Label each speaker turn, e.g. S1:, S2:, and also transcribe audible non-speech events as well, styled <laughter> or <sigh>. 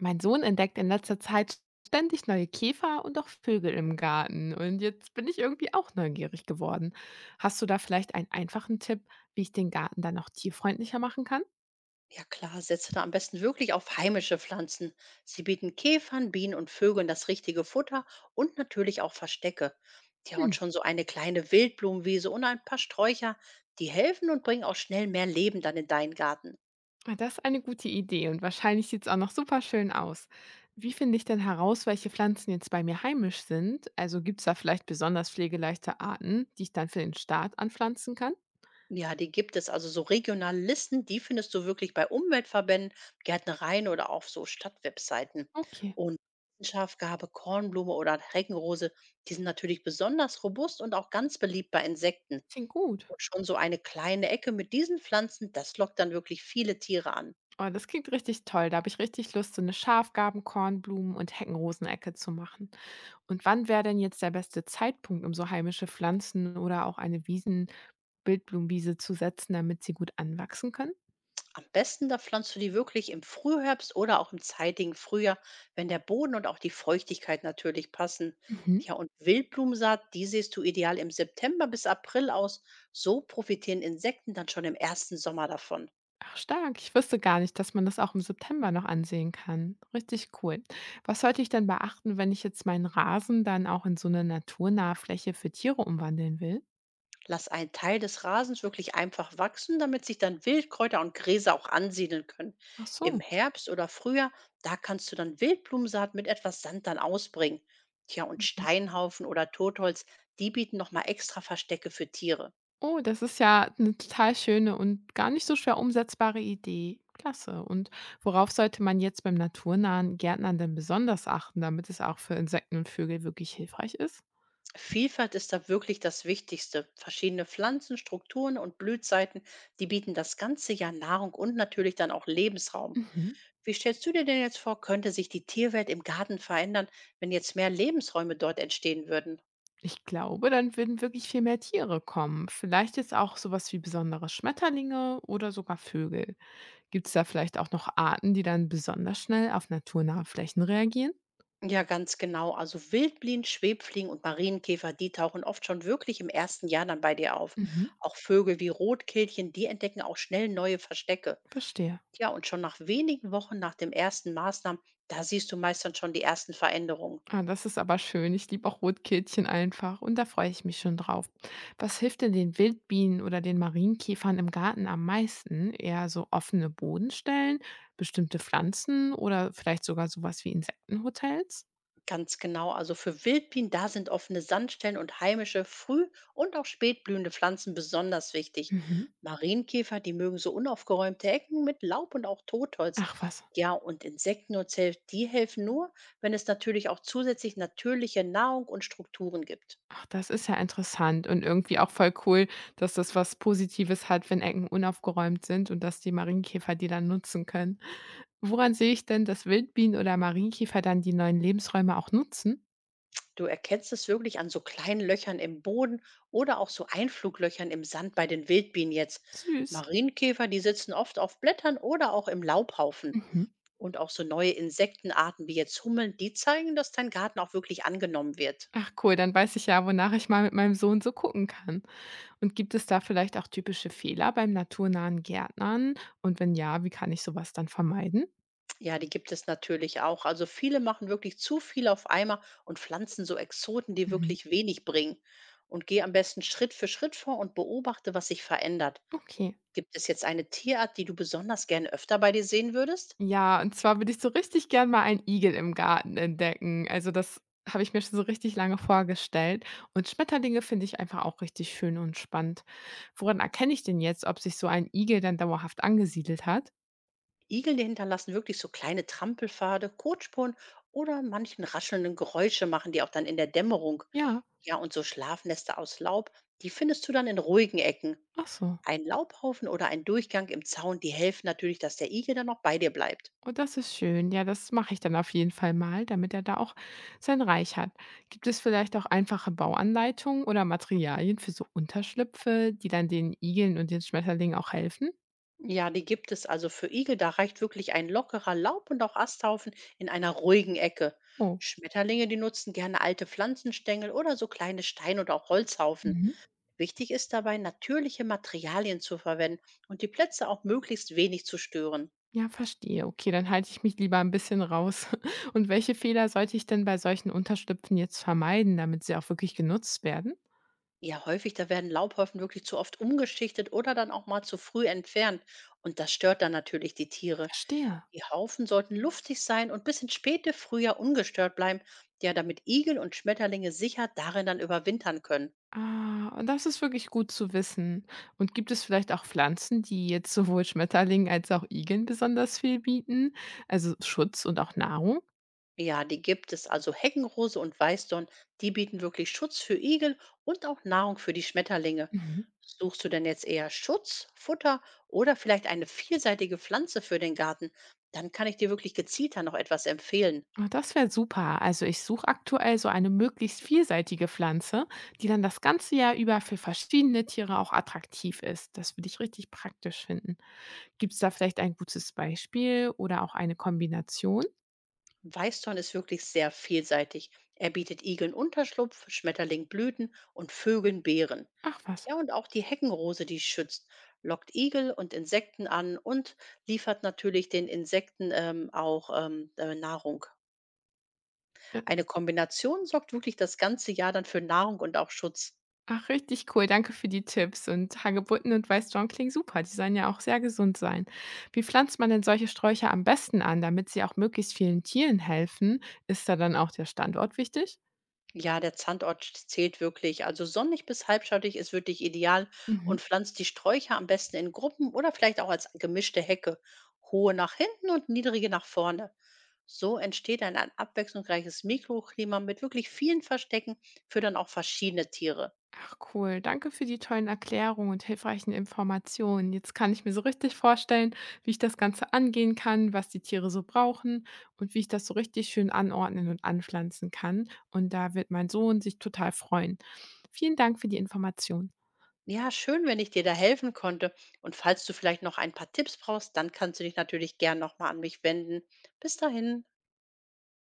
S1: Mein Sohn entdeckt in letzter Zeit ständig neue Käfer und auch Vögel im Garten. Und jetzt bin ich irgendwie auch neugierig geworden. Hast du da vielleicht einen einfachen Tipp, wie ich den Garten dann noch tierfreundlicher machen kann?
S2: Ja klar, setze da am besten wirklich auf heimische Pflanzen. Sie bieten Käfern, Bienen und Vögeln das richtige Futter und natürlich auch Verstecke. Ja,
S1: Hm,
S2: und schon so eine kleine Wildblumenwiese und ein paar Sträucher, die helfen und bringen auch schnell mehr Leben dann in deinen Garten.
S1: ah, das ist eine gute Idee, und wahrscheinlich sieht es auch noch super schön aus. Wie finde ich denn heraus, welche Pflanzen jetzt bei mir heimisch sind? Also, gibt es da vielleicht besonders pflegeleichte Arten, die ich dann für den Start anpflanzen kann?
S2: Ja, die gibt es, also so regionale Listen, die findest du wirklich bei Umweltverbänden, Gärtnereien oder auch so Stadtwebseiten.
S1: Okay,
S2: Und Schafgarbe, Kornblume oder Heckenrose, die sind natürlich besonders robust und auch ganz beliebt bei Insekten.
S1: klingt gut.
S2: Und schon so eine kleine Ecke mit diesen Pflanzen, das lockt dann wirklich viele Tiere an.
S1: Oh, das klingt richtig toll. Da habe ich richtig Lust, so eine Schafgarben-, Kornblumen- und Heckenrosenecke zu machen. Und wann wäre denn jetzt der beste Zeitpunkt, um so heimische Pflanzen oder auch eine Wiesen Wildblumenwiese zu setzen, damit sie gut anwachsen können?
S2: Am besten, da pflanzt du die wirklich im Frühherbst oder auch im zeitigen Frühjahr, wenn der Boden und auch die Feuchtigkeit natürlich passen.
S1: Mhm.
S2: Ja, und Wildblumensaat, die siehst du ideal im September bis April aus. So profitieren Insekten dann schon im ersten Sommer davon.
S1: Ach stark, ich wusste gar nicht, dass man das auch im September noch ansehen kann. Richtig cool. Was sollte ich denn beachten, wenn ich jetzt meinen Rasen dann auch in so eine naturnahe Fläche für Tiere umwandeln will?
S2: Lass einen Teil des Rasens wirklich einfach wachsen, damit sich dann Wildkräuter und Gräser auch ansiedeln können.
S1: Ach
S2: Im
S1: so.
S2: Herbst oder Frühjahr, da kannst du dann Wildblumensaat mit etwas Sand dann ausbringen. Tja, und
S1: Mhm.
S2: Steinhaufen oder Totholz, die bieten nochmal extra Verstecke für Tiere.
S1: Oh, das ist ja eine total schöne und gar nicht so schwer umsetzbare Idee. Klasse. Und worauf sollte man jetzt beim naturnahen Gärtnern denn besonders achten, damit es auch für Insekten und Vögel wirklich hilfreich ist?
S2: Vielfalt ist da wirklich das Wichtigste. Verschiedene Pflanzen, Strukturen und Blühzeiten, die bieten das ganze Jahr Nahrung und natürlich dann auch Lebensraum.
S1: Mhm.
S2: Wie stellst du dir denn jetzt vor, könnte sich die Tierwelt im Garten verändern, wenn jetzt mehr Lebensräume dort entstehen würden?
S1: Ich glaube, dann würden wirklich viel mehr Tiere kommen. Vielleicht jetzt auch sowas wie besondere Schmetterlinge oder sogar Vögel. Gibt es da vielleicht auch noch Arten, die dann besonders schnell auf naturnahe Flächen reagieren?
S2: Ja, ganz genau. Also Wildbienen, Schwebfliegen und Marienkäfer, die tauchen oft schon wirklich im ersten Jahr dann bei dir auf.
S1: Mhm,
S2: Auch Vögel wie Rotkehlchen, die entdecken auch schnell neue Verstecke.
S1: verstehe.
S2: Ja, und schon nach wenigen Wochen nach dem ersten Maßnahmen, da siehst du meist dann schon die ersten Veränderungen.
S1: Ah, das ist aber schön. Ich liebe auch Rotkehlchen einfach, und da freue ich mich schon drauf. Was hilft denn den Wildbienen oder den Marienkäfern im Garten am meisten? Eher so offene Bodenstellen, bestimmte Pflanzen oder vielleicht sogar sowas wie Insektenhotels?
S2: Ganz genau, also für Wildbienen, da sind offene Sandstellen und heimische, früh und auch spät blühende Pflanzen besonders wichtig.
S1: Mhm.
S2: Marienkäfer, die mögen so unaufgeräumte Ecken mit Laub und auch Totholz.
S1: Ach was.
S2: Ja, und Insekten und Zell, die helfen nur, wenn es natürlich auch zusätzlich natürliche Nahrung und Strukturen gibt.
S1: Ach, das ist ja interessant und irgendwie auch voll cool, dass das was Positives hat, wenn Ecken unaufgeräumt sind und dass die Marienkäfer die dann nutzen können. Woran sehe ich denn, dass Wildbienen oder Marienkäfer dann die neuen Lebensräume auch nutzen?
S2: Du erkennst es wirklich an so kleinen Löchern im Boden oder auch so Einfluglöchern im Sand bei den Wildbienen jetzt.
S1: Süß.
S2: Marienkäfer, die sitzen oft auf Blättern oder auch im Laubhaufen.
S1: Mhm.
S2: Und auch so neue Insektenarten wie jetzt Hummeln, die zeigen, dass dein Garten auch wirklich angenommen wird.
S1: Ach cool, dann weiß ich ja, wonach ich mal mit meinem Sohn so gucken kann. Und gibt es da vielleicht auch typische Fehler beim naturnahen Gärtnern? Und wenn ja, wie kann ich sowas dann vermeiden?
S2: Ja, die gibt es natürlich auch. Also viele machen wirklich zu viel auf einmal und pflanzen so Exoten, die
S1: Mhm.
S2: wirklich wenig bringen. Und geh am besten Schritt für Schritt vor und beobachte, was sich verändert.
S1: Okay.
S2: Gibt es jetzt eine Tierart, die du besonders gerne öfter bei dir sehen würdest?
S1: Ja, und zwar würde ich so richtig gern mal einen Igel im Garten entdecken. Also, das habe ich mir schon so richtig lange vorgestellt. Und Schmetterlinge finde ich einfach auch richtig schön und spannend. Woran erkenne ich denn jetzt, ob sich so ein Igel dann dauerhaft angesiedelt hat?
S2: Igel, die hinterlassen wirklich so kleine Trampelpfade, Kotspuren oder manchen raschelnden Geräusche machen die auch dann in der Dämmerung.
S1: Ja,
S2: Ja, und so Schlafnester aus Laub, die findest du dann in ruhigen Ecken.
S1: ach so.
S2: Ein Laubhaufen oder ein Durchgang im Zaun, die helfen natürlich, dass der Igel dann noch bei dir bleibt.
S1: Oh, das ist schön. Ja, das mache ich dann auf jeden Fall mal, damit er da auch sein Reich hat. Gibt es vielleicht auch einfache Bauanleitungen oder Materialien für so Unterschlüpfe, die dann den Igeln und den Schmetterlingen auch helfen?
S2: Ja, die gibt es, also für Igel. Da reicht wirklich ein lockerer Laub- und auch Asthaufen in einer ruhigen Ecke.
S1: Oh,
S2: Schmetterlinge, die nutzen gerne alte Pflanzenstängel oder so kleine Stein- oder auch Holzhaufen.
S1: mhm,
S2: Wichtig ist dabei, natürliche Materialien zu verwenden und die Plätze auch möglichst wenig zu stören.
S1: ja, verstehe. Okay, dann halte ich mich lieber ein bisschen raus. <laughs> Und welche Fehler sollte ich denn bei solchen Unterschlüpfen jetzt vermeiden, damit sie auch wirklich genutzt werden?
S2: Ja, häufig, da werden Laubhaufen wirklich zu oft umgeschichtet oder dann auch mal zu früh entfernt. Und das stört dann natürlich die Tiere.
S1: Verstehe.
S2: Die Haufen sollten luftig sein und bis ins späte Frühjahr ungestört bleiben, ja, damit Igel und Schmetterlinge sicher darin dann überwintern können.
S1: Ah, und das ist wirklich gut zu wissen. Und gibt es vielleicht auch Pflanzen, die jetzt sowohl Schmetterlingen als auch Igeln besonders viel bieten? Also Schutz und auch Nahrung?
S2: Ja, die gibt es, also Heckenrose und Weißdorn, die bieten wirklich Schutz für Igel und auch Nahrung für die Schmetterlinge.
S1: Mhm.
S2: Suchst du denn jetzt eher Schutz, Futter oder vielleicht eine vielseitige Pflanze für den Garten? Dann kann ich dir wirklich gezielter noch etwas empfehlen.
S1: Ah, das wäre super. Also ich suche aktuell so eine möglichst vielseitige Pflanze, die dann das ganze Jahr über für verschiedene Tiere auch attraktiv ist. Das würde ich richtig praktisch finden. Gibt es da vielleicht ein gutes Beispiel oder auch eine Kombination?
S2: Weißdorn ist wirklich sehr vielseitig. Er bietet Igeln Unterschlupf, Schmetterling Blüten und Vögeln Beeren.
S1: Ach was.
S2: Ja, und auch die Heckenrose, die schützt, lockt Igel und Insekten an und liefert natürlich den Insekten auch Nahrung. Eine Kombination sorgt wirklich das ganze Jahr dann für Nahrung und auch Schutz.
S1: Ach, richtig cool. Danke für die Tipps. Und Hagebutten und Weißdorn klingen super. Die sollen ja auch sehr gesund sein. Wie pflanzt man denn solche Sträucher am besten an, damit sie auch möglichst vielen Tieren helfen? Ist da dann auch der Standort wichtig?
S2: Ja, der Zandort zählt wirklich. Also sonnig bis halbschattig ist wirklich ideal
S1: Mhm.
S2: und pflanzt die Sträucher am besten in Gruppen oder vielleicht auch als gemischte Hecke. Hohe nach hinten und niedrige nach vorne. So entsteht dann ein abwechslungsreiches Mikroklima mit wirklich vielen Verstecken für dann auch verschiedene Tiere.
S1: Ach cool, danke für die tollen Erklärungen und hilfreichen Informationen. Jetzt kann ich mir so richtig vorstellen, wie ich das Ganze angehen kann, was die Tiere so brauchen und wie ich das so richtig schön anordnen und anpflanzen kann. Und da wird mein Sohn sich total freuen. Vielen Dank für die Information.
S2: Ja, schön, wenn ich dir da helfen konnte. Und falls du vielleicht noch ein paar Tipps brauchst, dann kannst du dich natürlich gern nochmal an mich wenden. Bis dahin.